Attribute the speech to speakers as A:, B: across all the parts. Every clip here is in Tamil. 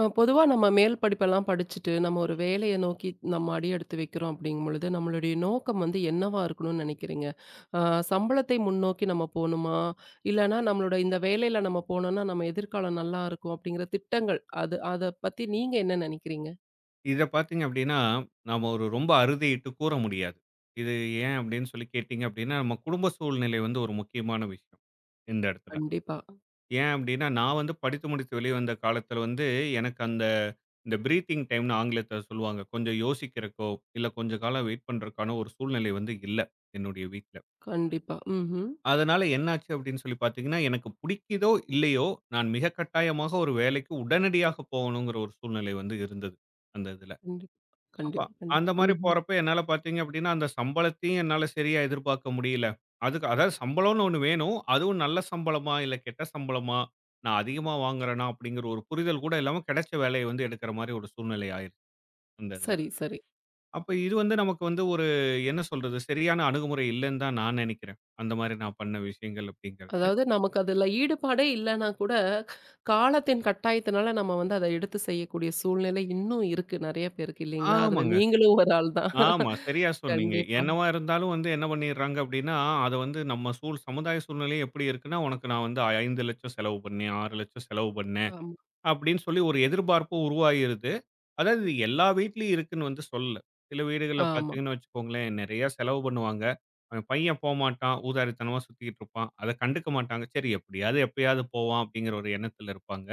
A: பொதுவா நம்ம மேல் படிப்பெல்லாம் படிச்சுட்டு, நம்ம ஒரு வேலைய நோக்கி நம்ம அடி எடுத்து வைக்கிறோம் அப்படிங்கும்பொழுது, நம்மளுடைய நோக்கம் வந்து என்னவா இருக்கணும்னு நெனைக்கிறீங்க? அ சம்பளத்தை முன்னோக்கி நம்ம போணுமா? இல்லன்னா நம்மளோட இந்த வேலையில நம்ம போனோம்னா, நம்ம எதிர்காலம் நல்லா இருக்கும் அப்படிங்கிற திட்டங்கள், அது அத பத்தி நீங்க என்ன நெனைக்கிறீங்க?
B: இத பார்த்தீங்க அப்டின்னா, நாம ஒரு ரொம்ப அறுதியிட்டு கூற முடியாது. இது ஏன் அப்டின்னு சொல்லி கேட்டீங்க அப்டின்னா, நம்ம குடும்ப சூழ்நிலை வந்து ஒரு முக்கியமான விஷயம், இந்த இடத்துல.
A: கண்டிப்பா,
B: ஏன் அப்டின்னா, நான் வந்து படித்து முடித்து வெளிய வந்த காலத்துல வந்து, எனக்கு இந்த பிரீத்திங் டைம்னு ஆங்கிலத்துல சொல்லுவாங்க. கொஞ்சம் யோசிக்கிறக்கோ, இல்ல கொஞ்ச காலம் வெயிட் பண்றக்கான ஒரு சூழ்நிலை வந்து இல்ல, என்னுடைய வீட்ல.
A: கண்டிப்பா. ம்ஹ்ம்.
B: அதனால என்னாச்சு அப்டின்னு சொல்லி பார்த்தீங்கன்னா, எனக்கு புடிக்குதோ இல்லையோ, நான் மிக கட்டாயமாக ஒரு வேலைக்கு உடனடியாக போகணுங்கிற ஒரு சூழ்நிலை வந்து இருந்தது, அந்த இதுல.
A: கண்டிப்பா,
B: அப்ப
A: கண்டிப்பா, கண்டிப்பா.
B: அந்த மாரி
A: ம்ஹ்ம்.
B: போறப்ப என்னால பார்த்தீங்க அப்டின்னா, அந்த சம்பளத்தையும் என்னால சரியா எதிர்பார்க்க முடியல. அதுக்கு அதாவது சம்பளம்னு ஒண்ணு வேணும். அதுவும் நல்ல சம்பளமா? இல்ல கெட்ட சம்பளமா? நான் அதிகமா வாங்குறேனா? அப்டிங்கிற ஒரு புரிதல் கூட இல்லாம கிடைச்ச வேலைய வந்து எடுக்கிற மாரி ஒரு சூழ்நிலை ஆயிருச்சு அந்த இதுல.
A: சரி, சரி.
B: அப்ப இது வந்து நமக்கு வந்து ஒரு என்ன சொல்றது? சரியான அணுகுமுறை இல்லன்னு தான் நான் நெனைக்கிறேன். அந்த மாரி நான் பண்ண விஷயங்கள் அப்டிங்கிறது.
A: அதாவது நமக்கு அதுல ஈடுபாடே இல்லைன்னா கூட, காலத்தின் கட்டாயத்தினால நம்ம வந்து அத எடுத்து செய்யக்கூடிய சூழ்நிலை இன்னும் இருக்கு நெறைய பேருக்கு இல்லைங்களா? அதுல
B: ஆமாங்க.
A: நீங்களும் ஒரு ஆள் தான்.
B: ஆமா. சரியா சொன்னீங்க.
A: கண்டிப்பா.
B: என்னவா இருந்தாலும் வந்து என்ன பண்ணிடுறாங்க அப்படின்னா, அத வந்து நம்ம சமுதாய சூழ்நிலை எப்படி இருக்குன்னா, உனக்கு நான் வந்து 5,00,000 செலவு பண்ணேன், 6,00,000 செலவு பண்ணேன்
A: ஆமா,
B: அப்படின்னு சொல்லி ஒரு எதிர்பார்ப்பு உருவாகிருது. அதாவது இது எல்லா வீட்லயும் இருக்குன்னு வந்து சொல்லல. சில வீடுகள்ல
A: ஆமா.
B: பார்த்தீங்கன்னு வச்சுக்கோங்களேன், நிறைய செலவு பண்ணுவாங்க. அவன் பையன் போமாட்டான். ஊதாரித்தனமா சுத்திக்கிட்டு இருப்பான். அத கண்டுக்க மாட்டாங்க. சரி எப்படியாவது எப்பயாவது போவான் அப்படிங்கிற ஒரு எண்ணத்துல இருப்பாங்க.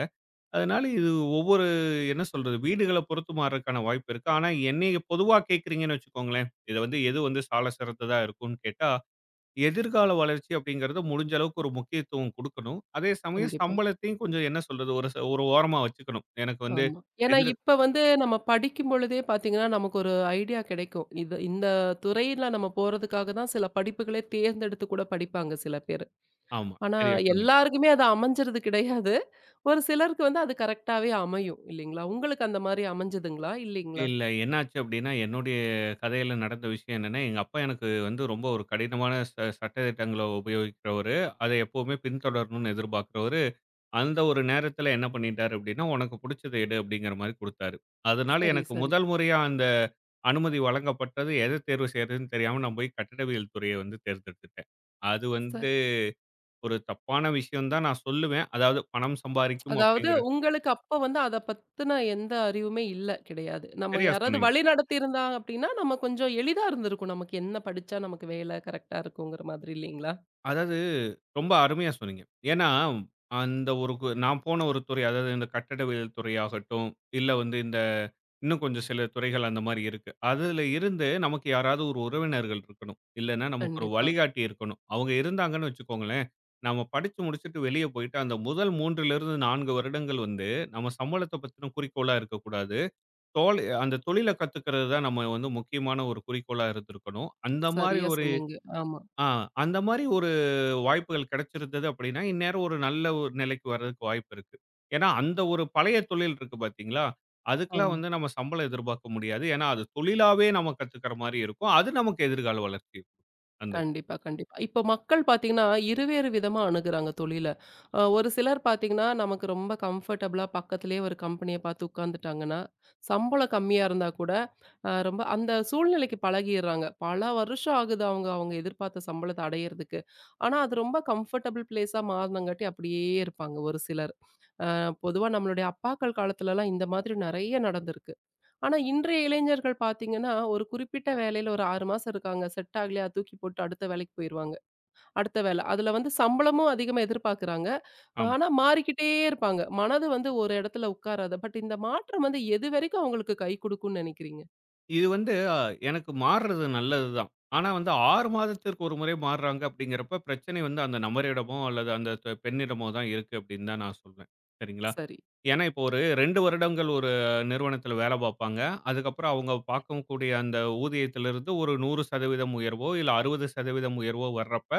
B: அதனால இது ஒவ்வொரு என்ன சொல்றது, வீடுகள பொறுத்து மாறுறதுக்கான வாய்ப்பு இருக்கு. ஆனா என்னைய பொதுவா கேட்கிறீங்கன்னு வச்சுக்கோங்களேன், இத வந்து எது வந்து சால சிறந்ததா இருக்கும்னு கேட்டா, எதிர்கால வளர்ச்சி அப்படிங்கிறது முடிஞ்ச அளவுக்கு ஒரு முக்கியத்துவம் குடுக்கணும். அதே சமயம்
A: கண்டிப்பா.
B: சம்பளத்தையும் கொஞ்சம் என்ன சொல்றது, ஒரு ஓரமா வச்சுக்கணும். எனக்கு வந்து
A: ஆமா. ஏன்னா
B: எதிர்
A: இப்ப வந்து நம்ம படிக்கும் பொழுதே பார்த்தீங்கன்னா, நமக்கு ஒரு ஐடியா கிடைக்கும். இது இந்த துறையில நம்ம போறதுக்காக தான் சில படிப்புகளே தேர்ந்தெடுத்து கூட படிப்பாங்க சில பேரு.
B: ஆமா,
A: ஆனா
B: சரியா சொன்னீங்க.
A: எல்லாருக்குமே அது அமைஞ்சிறது கிடையாது. ஒரு சிலருக்கு வந்து அது கரெக்ட்டாவே அமையும் இல்லைங்களா? உங்களுக்கு அந்த மாரி அமைஞ்சதுங்களா? இல்லைங்களா?
B: இல்ல என்னாச்சு அப்படின்னா, என்னுடைய கதையில நடந்த விஷயம் என்னன்னா, எங்க அப்பா எனக்கு வந்து ரொம்ப ஒரு கடினமான சட்ட திட்டங்கள உபயோகிக்கிறவரு. அத எப்பவுமே பின்தொடரணும்னு எதிர்பார்க்கிறவரு. அந்த ஒரு நேரத்துல என்ன பண்ணிட்டாரு அப்படின்னா, "உனக்கு புடிச்சத எடு" அப்படிங்கிற மாரி குடுத்தாரு. அதனால
A: சரி,
B: எனக்கு
A: சரி.
B: முதல் முறையா அந்த அனுமதி வழங்கப்பட்டது, எத தேர்வு செய்றதுன்னு தெரியாம நான் போய் கட்டிடவியல் துறைய வந்து தேர்ந்தெடுத்துட்டேன். அது வந்து
A: சரி.
B: ஒரு தப்பான விஷயம் தான் நான் சொல்லுவேன். அதாவது பணம் சம்பாரிக்கும்
A: அதாவது
B: அப்படிங்கிறது
A: உங்களுக்கு அப்ப வந்து அத பத்தின எந்த அறிவுமே இல்ல, கிடையாது. நம்ம
B: சரியா
A: யாராவது
B: சொன்னீங்க.
A: வழிநடத்தி இருந்தாங்க அப்படின்னா, நம்ம கொஞ்சம் எளிதா இருந்திருக்கும். நமக்கு என்ன படிச்சா நமக்கு வேலை கரெக்ட்டா இருக்குங்கிற மாதிரி இல்லைங்களா?
B: அதாவது ரொம்ப அருமையா சொன்னீங்க. ஏன்னா, அந்த ஒரு நான் போன ஒரு துறை அதாவது இந்த கட்டடவியல் துறையாகட்டும், இல்ல வந்து இந்த இன்னும் கொஞ்சம் சில துறைகள் அந்த மாரி இருக்கு. அதுல இருந்து நமக்கு யாராவது ஒரு உறவினர்கள் இருக்கணும். இல்லன்னா நமக்கு ஒரு
A: கண்டிப்பா.
B: வழிகாட்டி இருக்கணும். அவங்க இருந்தாங்கன்னு வச்சுக்கோங்களேன், நாம படிச்சு முடிச்சுட்டு வெளிய போயிட்டு அந்த முதல் 3லிருந்து 4 வருடங்கள் வந்து நம்ம சம்பளத்த பத்தின குறிக்கோளா இருக்கக்கூடாது. அந்த தொழில கத்துக்கிறது தான் நம்ம வந்து முக்கியமான ஒரு குறிக்கோளா இருந்திருக்கணும்.
A: சரியா சொன்னீங்க. ஆமா,
B: ஆ அந்த மாரி ஒரு வாய்ப்புகள் கிடைச்சிருந்தது அப்படின்னா, இந்நேரம் ஒரு நல்ல ஒரு நிலைக்கு வர்றதுக்கு வாய்ப்பு இருக்கு. ஏன்னா, அந்த ஒரு பழைய தொழில் இருக்கு பார்த்தீங்களா? அதுக்கெல்லாம்
A: ஆமா.
B: வந்து நம்ம சம்பளம் எதிர்பார்க்க முடியாது. ஏன்னா, அது தொழிலாவே நம்ம கத்துக்கிற மாரி இருக்கும். அது நமக்கு எதிர்கால வளர்ச்சி இருக்கும். அந்த
A: கண்டிப்பா, கண்டிப்பா. இப்ப மக்கள் பார்த்தீங்கன்னா, இருவேறு விதமா அணுகுறாங்க தொழில. ஒரு சிலர் பார்த்தீங்கன்னா, நமக்கு ரொம்ப கம்ஃபர்டபுளா பக்கத்திலேயே ஒரு கம்பெனிய பார்த்து உட்காந்துட்டாங்கன்னா, சம்பளம் கம்மியா இருந்தா கூட, ரொம்ப அந்த சூழ்நிலைக்கு பழகிர்றாங்க. பல வருஷம் ஆகுது அவங்க அவங்க எதிர்பார்த்த சம்பளத்த அடையறதுக்கு. ஆனா, அது ரொம்ப கம்ஃபர்டபுள் பிளேஸா மாறுனங்காட்டி அப்படியே இருப்பாங்க ஒரு சிலர். பொதுவா நம்மளுடைய அப்பாக்கள் காலத்துலலாம் இந்த மாதிரி நெறைய நடந்திருக்கு. ஆனா, இன்றைய இளைஞர்கள் பார்த்தீங்கன்னா, ஒரு குறிப்பிட்ட வேலையில ஒரு 6 மாசம் இருக்காங்க. செட் ஆகலையா தூக்கி போட்டு அடுத்த வேலைக்கு போயிருவாங்க. அடுத்த வேலை. அதுல வந்து சம்பளமும் அதிகமா எதிர்பார்க்குறாங்க.
B: ஆமா.
A: ஆனா, மாறிக்கிட்டே இருப்பாங்க. மனது வந்து ஒரு இடத்துல உட்காராது. பட் இந்த மாற்றம் வந்து எதுவரைக்கும் அவங்களுக்கு கை குடுக்கும்ன்னு நினைக்கிறீங்க?
B: இது வந்து எனக்கு மாறுறது நல்லது தான். ஆனா வந்து 6 மாதத்திற்கு ஒரு முறை மாறுறாங்க அப்படிங்கிறப்ப, பிரச்சனை வந்து அந்த நபரிடமோ அல்லது அந்த பெண்ணிடமோ தான் இருக்கு அப்படின்னு தான் நான் சொல்வேன். சரிங்களா?
A: சரி.
B: ஏன்னா, இப்போ ஒரு 2 வருடங்கள் ஒரு நிறுவனத்தில வேலை பார்ப்பாங்க. அதுக்கப்புறம் அவங்க பார்க்கக்கூடிய அந்த ஊதியத்திலிருந்து ஒரு 100% உயர்வோ, இல்ல 60% உயர்வோ வர்றப்ப,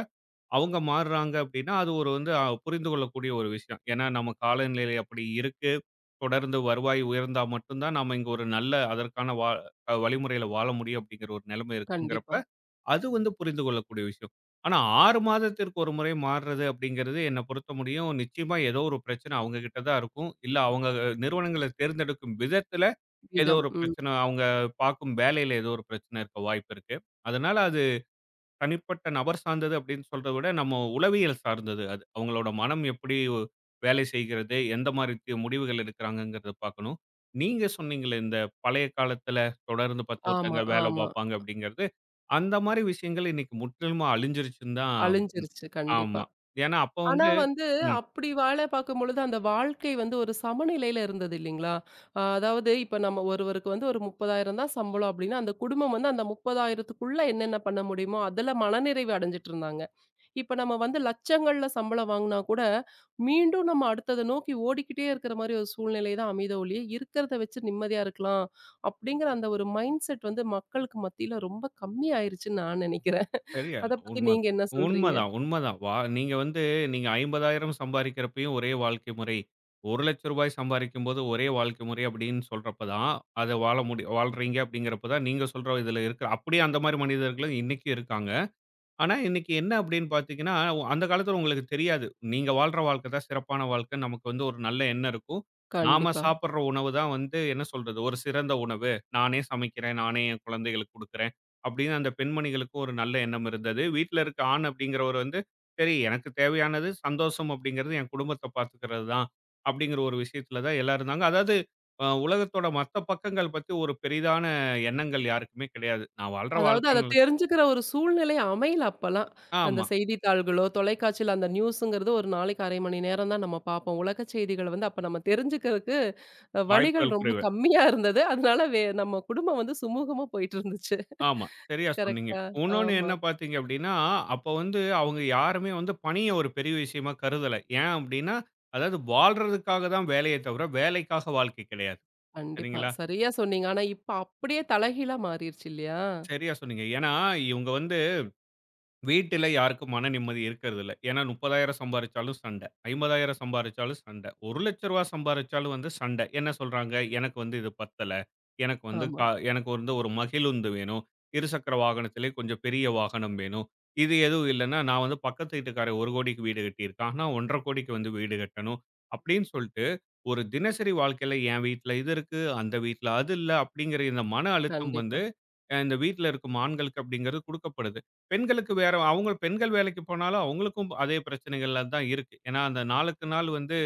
B: அவங்க மாறுறாங்க அப்படின்னா, அது ஒரு வந்து புரிந்து கொள்ளக்கூடிய ஒரு விஷயம். ஏன்னா, நம்ம காலநிலை அப்படி இருக்கு. தொடர்ந்து வருவாய் உயர்ந்தா மட்டும் தான், நாம இங்க ஒரு நல்ல அதற்கான வா அ வழிமுறையில வாழ முடியும் அப்படிங்கிற ஒரு நிலைமை இருக்குங்கிறப்ப,
A: கண்டிப்பா.
B: அது வந்து புரிந்து கொள்ளக்கூடிய விஷயம். ஆனா 6 மாதத்திற்கு ஒரு முறை மாறுறது அப்படிங்கிறது என்ன பொறுத்த முடியும்? நிச்சயமா ஏதோ ஒரு பிரச்சனை அவங்க கிட்ட தான் இருக்கும். இல்ல அவங்க நிறுவனங்கள தேர்ந்தெடுக்கும் விதத்துல ஏதோ
A: விதம்.
B: ஒரு
A: ம்.
B: பிரச்சனை, அவங்க பார்க்கும் வேலையில ஏதோ ஒரு பிரச்சனை இருக்க வாய்ப்பு இருக்கு. அதனால தனிப்பட்ட நபர் சார்ந்தது அப்படின்னு சொல்றத விட, நம்ம உளவியல் சார்ந்தது அது. அவங்களோட மனம் எப்படி வேலை செய்கிறது? எந்த மாரி முடிவுகள் எடுக்கிறாங்கங்கிறத பார்க்கணும். நீங்க சொன்னீங்களே, இந்த பழைய காலத்துல தொடர்ந்து 10
A: ஆமா,
B: வருடங்கள் வேலை
A: ஆமா.
B: பார்ப்பாங்க அப்படிங்கிறது, அந்த மாரி விஷயங்கள் இன்னைக்கு முற்றிலுமா அழிஞ்சிருச்சுன்னு தான்.
A: அழிஞ்சிருச்சு. கண்டிப்பா.
B: ஆமா. ஏன்னா அப்ப
A: ஆனா
B: வந்து
A: வந்து,
B: ம்.
A: அப்படி வேல பார்க்கும்பொழுது, அந்த வாழ்க்கை வந்து ஒரு சமநிலையில இருந்தது இல்லைங்களா? அதாவது இப்ப நம்ம ஒருவருக்கு வந்து ஒரு 30,000 தான் சம்பளம் அப்படின்னா, அந்த குடும்பம் வந்து அந்த 30,000த்துக்குள்ள என்னென்ன பண்ண முடியுமோ, அதுல மனநிறைவு அடைஞ்சுட்டு இருந்தாங்க. இப்ப நம்ம வந்து லட்சங்கள்ல சம்பளம் வாங்குனா கூட, மீண்டும் நம்ம அடுத்தத நோக்கி ஓடிக்கிட்டே இருக்கிற மாரி ஒரு சூழ்நிலை தான் அமையுதே ஒழிய, இருக்கிறத வச்சு நிம்மதியா இருக்கலாம், அப்படிங்கிற அந்த ஒரு மைண்ட் செட் வந்து மக்களுக்கு மத்தியில ரொம்ப கம்மியாயிருச்சுன்னு நான் நெனைக்கிறேன்.
B: சரியா,
A: அத பத்தி
B: உண்மதான்.
A: நீங்க என்ன சொல்றீங்க?
B: உண்மதான், உண்மதான். வா நீங்க வந்து நீங்க 50,000 சம்பாரிக்கிறப்பயும் ஒரே வாழ்க்கை முறை. ரூ. 1,00,000 சம்பாரிக்கும்போது ஒரே வாழ்க்கை முறை அப்படின்னு சொல்றப்ப தான், அத வாழ்றீங்க அப்படிங்கிறப்ப தான், நீங்க சொல்ற இதுல இருக்கிற அப்படியே அந்த மாரி மனிதர்களும் இன்னைக்கும் இருக்காங்க. ஆனா, இன்னைக்கு என்ன அப்படின்னு பார்த்தீங்கன்னா, அந்த காலத்துல உங்களுக்கு தெரியாது. நீங்க வாழ்ற வாழ்க்கை தான் சிறப்பான வாழ்க்கை. நமக்கு வந்து ஒரு நல்ல எண்ணம் இருக்கும். நாம
A: கண்டிப்பா.
B: சாப்பிடுற உணவு தான் வந்து என்ன சொல்றது? ஒரு சிறந்த உணவு. நானே சமைக்கிறேன். நானே என் குழந்தைகளுக்கு குடுக்குறேன். அப்படின்னு அந்த பெண்மணிகளுக்கும் ஒரு நல்ல எண்ணம் இருந்தது. வீட்ல இருக்க ஆண் அப்படிங்கிறவர் வந்து, சரி எனக்கு தேவையானது சந்தோஷம் அப்படிங்கிறது என் குடும்பத்த பார்த்துக்கிறது தான். அப்படிங்கிற ஒரு விஷயத்துல தான் எல்லாரும் இருந்தாங்க. அதாவது உலகத்தோட மத்த பக்கங்கள் பத்தி ஒரு பெரிதான எண்ணங்கள் யாருக்குமே கிடையாது. நான் வாழ்ற
A: அதாவது
B: வாழ்க்கை
A: அத
B: நல்லது.
A: தெரிஞ்சுக்கிற ஒரு சூழ்நிலை அமையல அப்பலாம். அந்த
B: ஆமா.
A: செய்தித்தாள்களோ, தொலைக்காட்சியில அந்த நியூஸுங்கிறது ஒரு நாளைக்கு 1/2 மணி நேரம் தான் நம்ம பார்ப்போம். உலக செய்திகள வந்து அப்ப நம்ம தெரிஞ்சுக்கிறதுக்கு அ வழிகள்
B: வாய்ப்புகள்
A: ரொம்ப
B: குறைவு.
A: கம்மியா இருந்தது. அதனால வே நம்ம குடும்பம் வந்து சுமூகமா போயிட்டு இருந்துச்சு.
B: ஆமா. சரியா சொன்னீங்க.
A: கரெக்ட்டா?
B: இன்னொன்னு
A: ஆமா.
B: என்ன பார்த்தீங்க அப்படின்னா, அப்ப வந்து அவங்க யாருமே வந்து பணிய ஒரு பெரிய விஷயமா கருதல. ஏன் அப்படின்னா, அதாவது வாழ்றதுக்காக தான் வேலையே தவிர, வேலைக்காக வாழ்க்கை கிடையாது.
A: கண்டிப்பா.
B: சரிங்களா?
A: சரியா சொன்னீங்க. ஆனா இப்ப அப்படியே தலைகீழா மாறிருச்சு இல்லையா?
B: சரியா சொன்னீங்க. ஏன்னா, இவங்க வந்து வீட்டில யாருக்கும் மன நிம்மதி இருக்கிறதில்ல. ஏன்னா 30,000 சம்பாரிச்சாலும் சண்ட. 50,000 சம்பாரிச்சாலும் சண்ட. ரூ. 1,00,000 சம்பாரிச்சாலும் வந்து சண்ட. என்ன சொல்றாங்க? எனக்கு வந்து இது பத்தல. எனக்கு வந்து
A: ஆமா.
B: கா எனக்கு வந்து ஒரு மகிழுந்து வேணும். இருசக்கர வாகனத்திலே கொஞ்சம் பெரிய வாகனம் வேணும். இது எதுவும் இல்லன்னா, நான் வந்து பக்கத்து வீட்டுக்காரன் 1,00,00,000க்கு வீடு கட்டியிருக்கான். நான் 1,50,00,000க்கு வந்து வீடு கட்டணும். அப்படின்னு சொல்லிட்டு, ஒரு தினசரி வாழ்க்கையில என் வீட்ல இது இருக்கு, அந்த வீட்ல அது இல்ல அப்படிங்கிற இந்த மன அழுத்தம் வந்து,
A: கண்டிப்பா.
B: இந்த வீட்ல இருக்கும் ஆண்களுக்கு அப்படிங்கிறது குடுக்கப்படுது. பெண்களுக்கு வேற அவங்க பெண்கள் வேலைக்கு போனாலும் அவங்களுக்கும் அதே பிரச்சனைகள்ல தான் இருக்கு. ஏன்னா, அந்த நாளுக்கு நாள் வந்து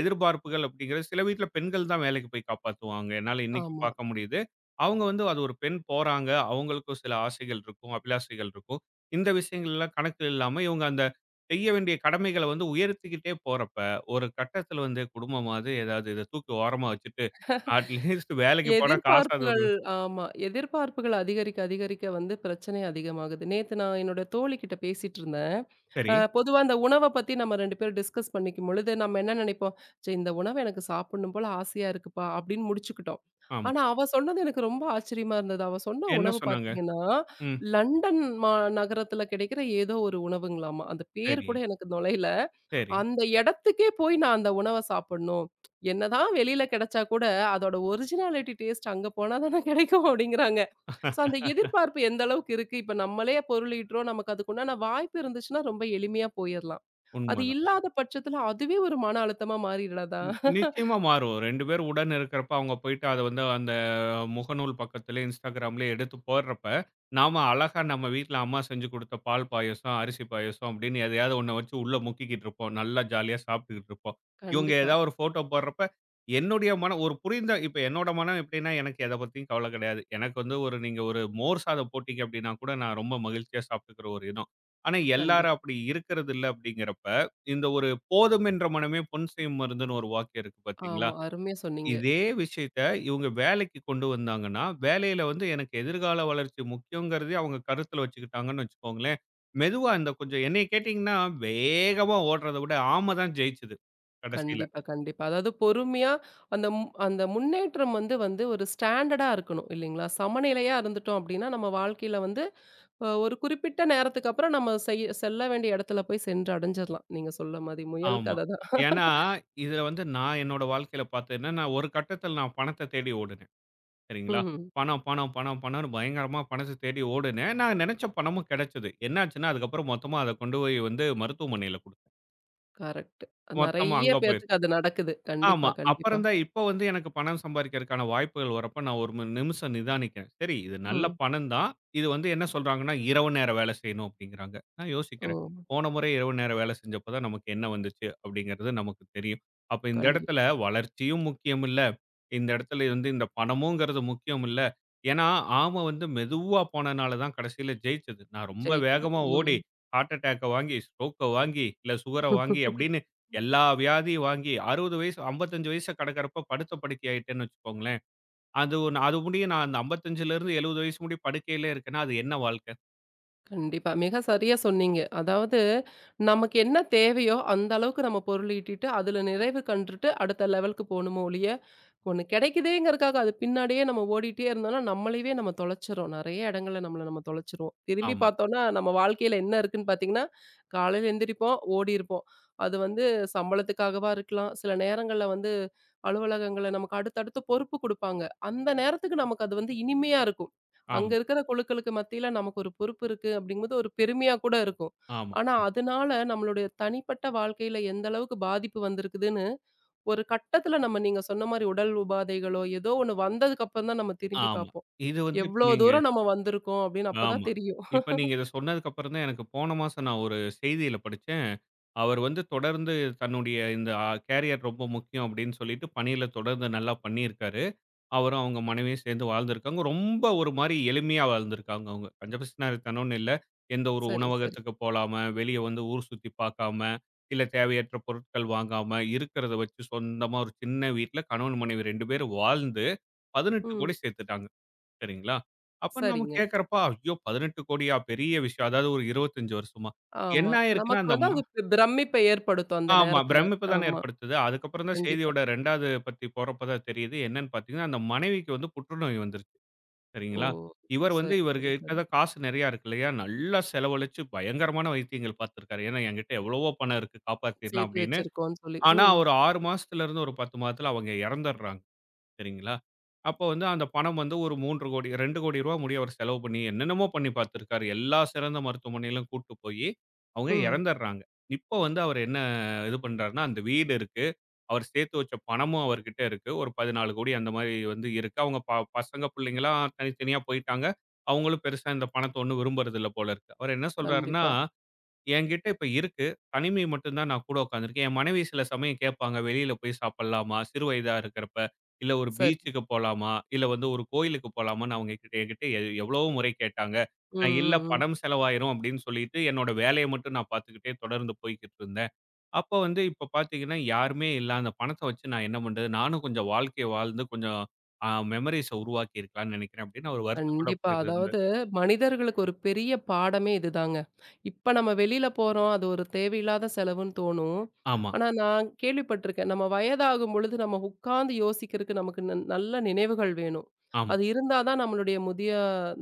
B: எதிர்பார்ப்புகள் அப்படிங்கிறது சில வீட்ல பெண்கள் தான் வேலைக்கு போய் காப்பாத்துவாங்க. என்னால இன்னைக்கு
A: ஆமா.
B: பார்க்க முடியுது. அவங்க வந்து அது ஒரு பெண் போறாங்க. அவங்களுக்கும் சில ஆசைகள் இருக்கும், அபிலாசைகள் இருக்கும். இந்த விஷயங்கள்லாம் கணக்கில் இல்லாம இவங்க அந்த செய்ய வேண்டிய கடமைகள வந்து உயர்த்திக்கிட்டே போறப்ப, ஒரு கட்டத்தில வந்து குடும்பமாவது ஏதாவது இத தூக்கி ஓரமா வச்சுட்டு, அட்லீஸ்ட் வேலைக்கு போனா காசாவது
A: எதிர்பார்ப்புகள்
B: ஒரு
A: ஆமா. எதிர்பார்ப்புகள் அதிகரிக்க அதிகரிக்க வந்து பிரச்சனை அதிகமாகுது. நேத்து நான் என்னோட தோழிகிட்ட பேசிட்டு இருந்தேன்.
B: சரி.
A: பொதுவா அந்த உணவ பத்தி நம்ம 2 பேரும் டிஸ்கஸ் பண்ணிக்கும் பொழுது, நம்ம என்ன நெனைப்போம், "ச்சே இந்த உணவு எனக்கு சாப்பிடணும் போல ஆசையா இருக்குப்பா" அப்படின்னு முடிச்சுக்கிட்டோம்.
B: ஆமா.
A: ஆனா, அவ சொன்னது எனக்கு ரொம்ப ஆச்சரியமா இருந்தது. அவ சொன்ன
B: என்ன
A: உணவு
B: சொன்னாங்க?
A: பார்த்தீங்கன்னா,
B: ம்.
A: லண்டன் நகரத்துல கிடைக்கிற ஏதோ ஒரு உணவுங்களாமா. அந்த பேர்
B: சரி,
A: கூட எனக்கு நுழையல.
B: சரி.
A: அந்த இடத்துக்கே போய் நான் அந்த உணவ சாப்பிடணும். என்னதான் வெளியில கிடைச்சா கூட, அதோட ஒரிஜினாலிட்டி டேஸ்ட் அங்க போனா தானே கிடைக்கும் அப்படிங்கிறாங்க. ஸோ அந்த எதிர்பார்ப்பு எந்த அளவுக்கு இருக்கு? இப்ப நம்மளே பொருள் ஈட்டுறோம். நமக்கு அதுக்குண்டான வாய்ப்பு இருந்துச்சுன்னா, ரொம்ப எளிமையா போயிரலாம். அது
B: உண்மதான்.
A: இல்லாத பட்சத்துல அதுவே ஒரு மன அழுத்தமா மாறிடாதா?
B: நி நிச்சயமா மாறும். 2 பேர் உடன் இருக்கிறப்ப அவங்க போயிட்டு அத வந்து அந்த முகநூல் பக்கத்தில, Instagramலயே எடுத்து போடுறப்ப, நாம அழகா நம்ம வீட்ல அம்மா செஞ்சு குடுத்த பால் பாயாசம், அரிசி பாயாசம் அப்படின்னு எதையாவது ஒண்ண வச்சு உள்ள முக்கிக்கிட்டு இருப்போம். நல்லா ஜாலியா சாப்பிட்டுக்கிட்டு இருப்போம். இவங்க
A: கண்டிப்பா,
B: ஏதாவது ஒரு ஃபோட்டோ போடுறப்ப, என்னுடைய மனம் ஒரு புரிந்த இப்ப என்னோட மனம் எப்படின்னா, எனக்கு எத பத்தியும் கவல கிடையாது. எனக்கு வந்து ஒரு நீங்க ஒரு மோர் சாதம் போட்டீங்க அப்படின்னா கூட, நான் ரொம்ப மகிழ்ச்சியா சாப்பிட்டுக்கிற ஒரு இனம். ஆனா எல்லாரும்
A: கண்டிப்பா.
B: அப்படி இருக்கிறது இல்ல அப்படிங்கிறப்ப, இந்த ஒரு "போதும் என்ற மனமே பொன் செய்யும் மருந்துன்னு" ஒரு வாக்கியம் இருக்கு பார்த்தீங்களா?
A: ஆமா. அருமையா சொன்னீங்க.
B: இதே விஷயத்த இவங்க வேலைக்கு கொண்டு வந்தாங்கன்னா, வேலையில வந்து எனக்கு எதிர்கால வளர்ச்சி முக்கியங்கிறதே அவங்க கருத்துல வச்சுக்கிட்டாங்கன்னு வச்சுக்கோங்களேன், மெதுவா இந்த கொஞ்சம் என்னைய கேட்டீங்கன்னா, வேகமா ஓடுறத விட ஆம தான் ஜெயிச்சது கடைசியில.
A: கண்டிப்பா, கண்டிப்பா. அதாவது பொறுமையா அந்த மு அந்த முன்னேற்றம் வந்து வந்து ஒரு ஸ்டாண்டர்டா இருக்கணும் இல்லைங்களா? சமநிலையா இருந்துட்டோம் அப்படின்னா, நம்ம வாழ்க்கையில வந்து ஒரு குறிப்பிட்ட நேரத்துக்கு அப்புறம் நம்ம செய்ய செல்ல வேண்டிய இடத்துல போய் சென்று அடைஞ்சிரலாம். நீங்க சொல்ல மாரி முயல்
B: ஆமா.
A: கதை தான்.
B: ஏன்னா, இதுல வந்து நான் என்னோட வாழ்க்கையில பார்த்தது என்னன்னா, ஒரு கட்டத்துல நான் பணத்த தேடி ஓடுனேன். சரிங்களா?
A: ம்.
B: பணம், பணம், பணம், பணம்ன்னு பயங்கரமா பணத்த தேடி ஓடுனேன். நான் நெனச்ச பணமும் கெடச்சது. என்னாச்சுன்னா, அதுக்கப்புறம் மொத்தமா அத கொண்டு போய் வந்து மருத்துவமனையில குடுத்தேன்.
A: கரெக்ட்.
B: மொத்தமா
A: நெறைய
B: அங்க போயிருச்சு.
A: பேத்துக்கு அது நடக்குது. கண்டிப்பா,
B: ஆமா.
A: கண்டிப்பா.
B: அப்புறம் தான் இப்ப வந்து எனக்கு பணம் சம்பாரிக்கிறதுக்கான வாய்ப்புகள் வரப்ப நான் ஒரு நிமிஷம் நிதானிக்கிறேன். சரி இது நல்ல
A: ம்.
B: பணம் தான். இது வந்து என்ன சொல்றாங்கன்னா, இரவு நேர வேலை செய்யணும் அப்படிங்கிறாங்க. நான்
A: ஓ!
B: யோசிக்கிறேன். போன முறை இரவு நேர வேலை செஞ்சப்ப தான் நமக்கு என்ன வந்துச்சு அப்படிங்கிறது நமக்கு தெரியும். அப்ப இந்த
A: கண்டிப்
B: இடத்துல வளர்ச்சியும் முக்கியம் இல்ல. இந்த இடத்துல வந்து இந்த பணமுங்கிறது முக்கியம் இல்ல. ஏன்னா, ஆம வந்து மெதுவா போனனால தான் கடைசியில ஜெயிச்சது. நான் ரொம்ப
A: ஜெயிக்குது.
B: வேகமா
A: ம்.
B: ஓடி ஹார்ட் அட்டாக்க வாங்கி, ஸ்ட்ரோக்க வாங்கி, இல்ல சுகர வாங்கி அப்படின்னு எல்லா வியாதியும் வாங்கி 60 வயசு 55 வயச கடக்கிறப்ப படுத்த படுக்கை ஆயிட்டேன்னு வச்சுக்கோங்களேன். அது ஒண்ணு, அது முடிய நான் அந்த 55லருந்து 70 வயசு முடிய படுக்கையிலே இருக்கேன்னா, அது என்ன வாழ்க்கை?
A: கண்டிப்பா. மிக சரியா சொன்னீங்க. அதாவது நமக்கு என்ன தேவையோ அந்த அளவுக்கு நம்ம பொருள் ஈட்டிட்டு, அதுல நிறைவு கண்டுட்டு அடுத்த லெவலுக்கு போணுமோ ஒழிய, ஒண்ணு கிடைக்குதேங்கிறதுக்காக அது பின்னாடியே நம்ம ஓடிட்டே இருந்தோம்னா, நம்மளையே நம்ம தொலைச்சிறோம். நெறைய இடங்கள்ல நம்மள நம்ம தொலைச்சிருவோம். திரும்பி
B: ஆமா,
A: பார்த்தோம்னா, நம்ம வாழ்க்கையில என்ன இருக்குன்னு பார்த்தீங்கன்னா, காலையில எந்திரிப்போம், ஓடிருப்போம். அது வந்து சம்பளத்துக்காகவா இருக்கலாம். சில நேரங்கள்ல வந்து அலுவலகங்கள்ல நமக்கு அடுத்தடுத்து பொறுப்பு குடுப்பாங்க. அந்த நேரத்துக்கு நமக்கு அது வந்து இனிமையா இருக்கும். அங்க
B: ஆமா,
A: இருக்கிற குழுக்களுக்கு மத்தியில நமக்கு ஒரு பொறுப்பு இருக்கு அப்படிங்கும்போது ஒரு பெருமையா கூட இருக்கும்.
B: ஆமா,
A: ஆனா
B: ஆமா,
A: அதனால நம்மளுடைய தனிப்பட்ட வாழ்க்கையில எந்த அளவுக்கு பாதிப்பு வந்திருக்குதுன்னு ஒரு கட்டத்துல நம்ம நீங்க சொன்ன மாரி உடல் உபாதைகளோ ஏதோ ஒண்ணு வந்ததுக்கு அப்புறம் தான் நம்ம திரும்பி
B: ஆமா.
A: பார்ப்போம்.
B: இது வந்து இப்ப
A: எவ்ளோ
B: நீங்க
A: தூரம் நம்ம வந்திருக்கோம் அப்படின்னு அப்பதான்
B: ஆமா.
A: தெரியும்.
B: இப்ப நீங்க இத சொன்னதுக்கு அப்புறம் தான் எனக்கு போன மாசம் நான் ஒரு செய்தியில படிச்சேன். அவர் வந்து தொடர்ந்து தன்னுடைய இந்த கேரியர் ரொம்ப முக்கியம் அப்படின்னு சொல்லிட்டு பணியில தொடர்ந்து நல்லா பண்ணியிருக்காரு. அவரும் அவங்க மனைவியும் சேர்ந்து வாழ்ந்திருக்காங்க. ரொம்ப ஒரு மாரி எளிமையா வாழ்ந்திருக்காங்க அவங்க. பஞ்சபட்சணத்தனம்னு இல்ல. எந்த ஒரு
A: சரி, சரி.
B: உணவகத்துக்கு போலாம, வெளிய வந்து ஊர் சுத்தி பார்க்காம, இல்ல தேவையற்ற பொருட்கள் வாங்காம, இருக்கிறத வச்சு சொந்தமா ஒரு சின்ன வீட்ல கணவன், மனைவி 2 பேரும் வாழ்ந்து
A: ம்.
B: 18,00,00,000 சேர்த்துட்டாங்க. சரிங்களா? அப்ப நம்ம
A: சரிங்க.
B: கேட்கிறப்ப, ஐயோ! 18,00,00,000 பெரிய விஷயம். அதாவது ஒரு 25 வருஷமா. என்ன
A: ஆமா.
B: ஆயிருக்குன்னா,
A: நமக்கு
B: அந்த
A: வந்து அது பிரமிப்பை ஏற்படுத்தும் அந்த
B: ஆமா.
A: நேரத்துல.
B: பிரமிப்பு தானே
A: ஆமா.
B: ஏற்படுத்துது. அதுக்கப்புறம் தான்
A: கண்டிப்பா.
B: செய்தியோட 2வது பத்தி போறப்ப தான் தெரியுது. என்னன்னு பார்த்தீங்கன்னா, அந்த மனைவிக்கு வந்து புற்றுநோய் வந்துருச்சு.
A: ஓ!
B: சரிங்களா? இவர் வந்து
A: சரி,
B: இவருக்கு
A: சரி, சரி.
B: இருக்கிற காசு நெறையா இருக்கு இல்லையா? நல்லா செலவழிச்சு பயங்கரமான வைத்தியங்கள் பார்த்திருக்காரு. ஏன்னா, என்கிட்ட எவ்வளவோ பணம் இருக்கு காப்பாத்திரலாம்
A: சேர்த்தி
B: அப்படின்னு.
A: வச்சிருக்கோம்ன்னு சொல்லி.
B: ஆனா,
A: ம்,
B: ஒரு 6 மாசத்துல இருந்து ஒரு 10 மாதத்துல அவங்க இறந்துடுறாங்க. சரிங்களா? அப்போ வந்து அந்த பணம் வந்து ஒரு 3 கோடி ரூ. 2 கோடி ரூபா முடிய அவர் செலவு பண்ணி என்னென்னமோ பண்ணி பார்த்திருக்காரு. எல்லா சிறந்த மருத்துவமனையிலும் கூட்டு போயி அவங்க
A: ம்.
B: இறந்துடுறாங்க. இப்போ வந்து அவர் என்ன இது பண்றாருன்னா, அந்த வீடு இருக்கு. அவர் சேர்த்து வச்ச பணமும் அவர்கிட்ட இருக்கு. ஒரு 14,00,00,000 அந்த மாரி வந்து இருக்கு. அவங்க பசங்க, பிள்ளைங்கலாம் தனித்தனியா போயிட்டாங்க. அவங்களும் பெருசா இந்த பணத்த ஒண்ணும் விரும்புறதில்ல போல இருக்கு. அவர் என்ன சொல்றாருன்னா,
A: கண்டிப்பா.
B: "என்கிட்ட இப்ப இருக்கு. தனிமை மட்டும் தான் நான் கூட உட்காந்துருக்கேன். என் மனைவி சில சமயம் கேட்பாங்க, 'வெளியில போய் சாப்பிடலாமா?' சிறு வயதா இருக்கிறப்ப. 'இல்ல ஒரு
A: சரி.
B: பீச்சுக்கு போலாமா? இல்ல வந்து ஒரு கோயிலுக்கு போலாமான்னு' அவங்க கிட்ட என்கிட்ட எவ்வளவோ முறை கேட்டாங்க.
A: ம்,
B: நான் 'இல்ல
A: ம், ம்.
B: பணம் செலவாயிரும்' அப்படின்னு சொல்லிட்டு, என்னோட வேலைய மட்டும் நான் பார்த்துக்கிட்டே தொடர்ந்து போய்க்கிட்டு இருந்தேன். அப்போ வந்து இப்ப பார்த்தீங்கன்னா, யாருமே இல்ல. அந்த பணத்த வச்சு நான் என்ன பண்றது? நானும் கொஞ்சம் வாழ்க்கைய வாழ்ந்து கொஞ்சம் மெமரீஸ உருவாக்கியிருக்கலாம்ன்னு நெனைக்கிறேன்." அப்படின்னு அவர் வருத்தத்தோட
A: கண்டிப்பா.
B: போயிருந்தார்.
A: அதாவது மனிதர்களுக்கு ஒரு பெரிய பாடமே இதுதாங்க. இப்ப நம்ம வெளியில போறோம். அது ஒரு தேவையில்லாத செலவுன்னு தோணும்.
B: ஆமா,
A: ஆனா நான் கேள்விப்பட்டிருக்கேன். நம்ம வயதாகும் பொழுது நம்ம உட்கார்ந்து யோசிக்கிறதுக்கு நமக்கு நல்ல நினைவுகள் வேணும்.
B: ஆமா.
A: அது இருந்தா தான் நம்மளுடைய முதிய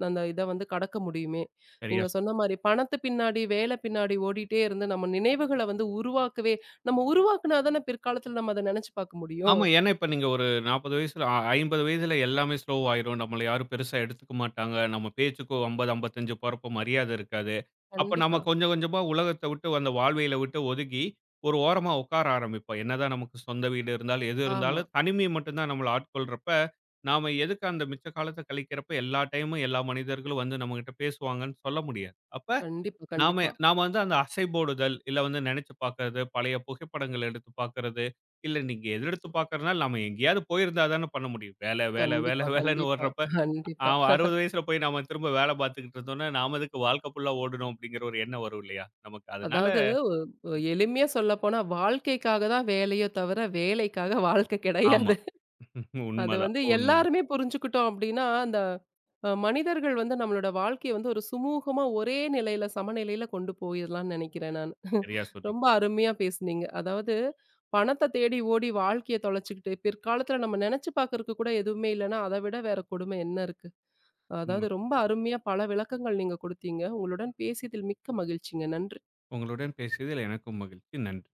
A: அந்த இத வந்து கடக்க முடியுமே.
B: சரியா
A: நீங்க சொன்ன மாரி பணத்து பின்னாடி, வேல பின்னாடி ஓடிட்டே இருந்து நம்ம நினைவுகள வந்து உருவாக்கவே நம்ம உருவாக்குனா தானே பிற்காலத்துல நம்ம அத நெனச்சு பார்க்க முடியும்.
B: ஆமா. ஏன்னா, இப்ப நீங்க ஒரு 40 வயசுல 50 வயசுல எல்லாமே ஸ்லோ ஆயிரும். நம்மள யாரும் பெருசா எடுத்துக்க மாட்டாங்க. நம்ம பேச்சுக்கும் 50, 55 போறப்போ மரியாதை இருக்காது. அப்ப நம்ம
A: கண்டிப்பா.
B: கொஞ்சம் கொஞ்சமா உலகத்த விட்டு, அந்த வாழ்வியல விட்டு ஒதுங்கி, ஒரு ஓரமா உட்கார ஆரம்பிப்போம். என்னதான் நமக்கு சொந்த வீடு இருந்தாலும், எது
A: ஆமா.
B: இருந்தாலும் தனிமை மட்டும் தான் நம்மள ஆட்கொள்றப்ப, நாம எதுக்கு அந்த மிச்ச காலத்த கழிக்கிறப்ப எல்லா டைமும் எல்லா மனிதர்களும் வந்து நம்மகிட்ட பேசுவாங்கன்னு சொல்ல முடியாது. அப்ப
A: கண்டிப்பா,
B: நாம
A: கண்டிப்பா.
B: நாம வந்து அந்த அசைபோடுதல், இல்ல வந்து நெனச்சு பாக்குறது, பழைய புகைப்படங்கள் எடுத்து பாக்குறது, இல்ல நீங்க எது எடுத்து பாக்குறதுனாலும் நாம எங்கேயாவது போயிருந்தா தான பண்ண முடியும். வேல, வேல, வேல,
A: கண்டிப்பா,
B: வேலன்னு
A: கண்டிப்பா,
B: ஓடுறப்ப,
A: கண்டிப்பா.
B: 60 வயசுல போய் நாம திரும்ப வேல பாத்துக்கிட்டு இருந்தோம்னா, நாம எதுக்கு வாழ்க்கை ஃபுல்லா ஓடணும் அப்படிங்கிற ஒரு எண்ணம் வரும் இல்லையா? நமக்கு அதனால.
A: அதாவது எளிமையா சொல்லப்போனா, வாழ்க்கைக்காக தான் வேலையே தவிர, வேலைக்காக வாழ்க்கை
B: ஆமா.
A: கிடையாது. அது
B: உண்மதான்.
A: வந்து
B: உண்ம.
A: எல்லாருமே புரிஞ்சுக்கிட்டோம் அப்டின்னா, அந்த மனிதர்கள் வந்து நம்மளோட வாழ்க்கைய வந்து ஒரு சுமூகமா ஒரே நிலையில, சமநிலையில கொண்டு போயிரலாம்னு நெனைக்கிறேன் நானு.
B: சரியா சொன்னீங்க.
A: ரொம்ப அருமையா பேசுனீங்க. அதாவது பணத்த தேடி ஓடி வாழ்க்கைய தொலைச்சுக்கிட்டு, பிற்காலத்துல நம்ம நெனச்சு பாக்கறக்கு கூட எதுவுமே இல்லன்னா, அத விட வேற கொடுமை என்ன இருக்கு? அதாவது
B: உண்மதான்.
A: ரொம்ப அருமையா பல விளக்கங்கள் நீங்க கொடுத்தீங்க. உங்களுடன் பேசியதில் மிக்க மகிழ்ச்சிங்க. நன்றி.
B: உங்களுடன் பேசியதில் எனக்கும் மகிழ்ச்சி. நன்றி.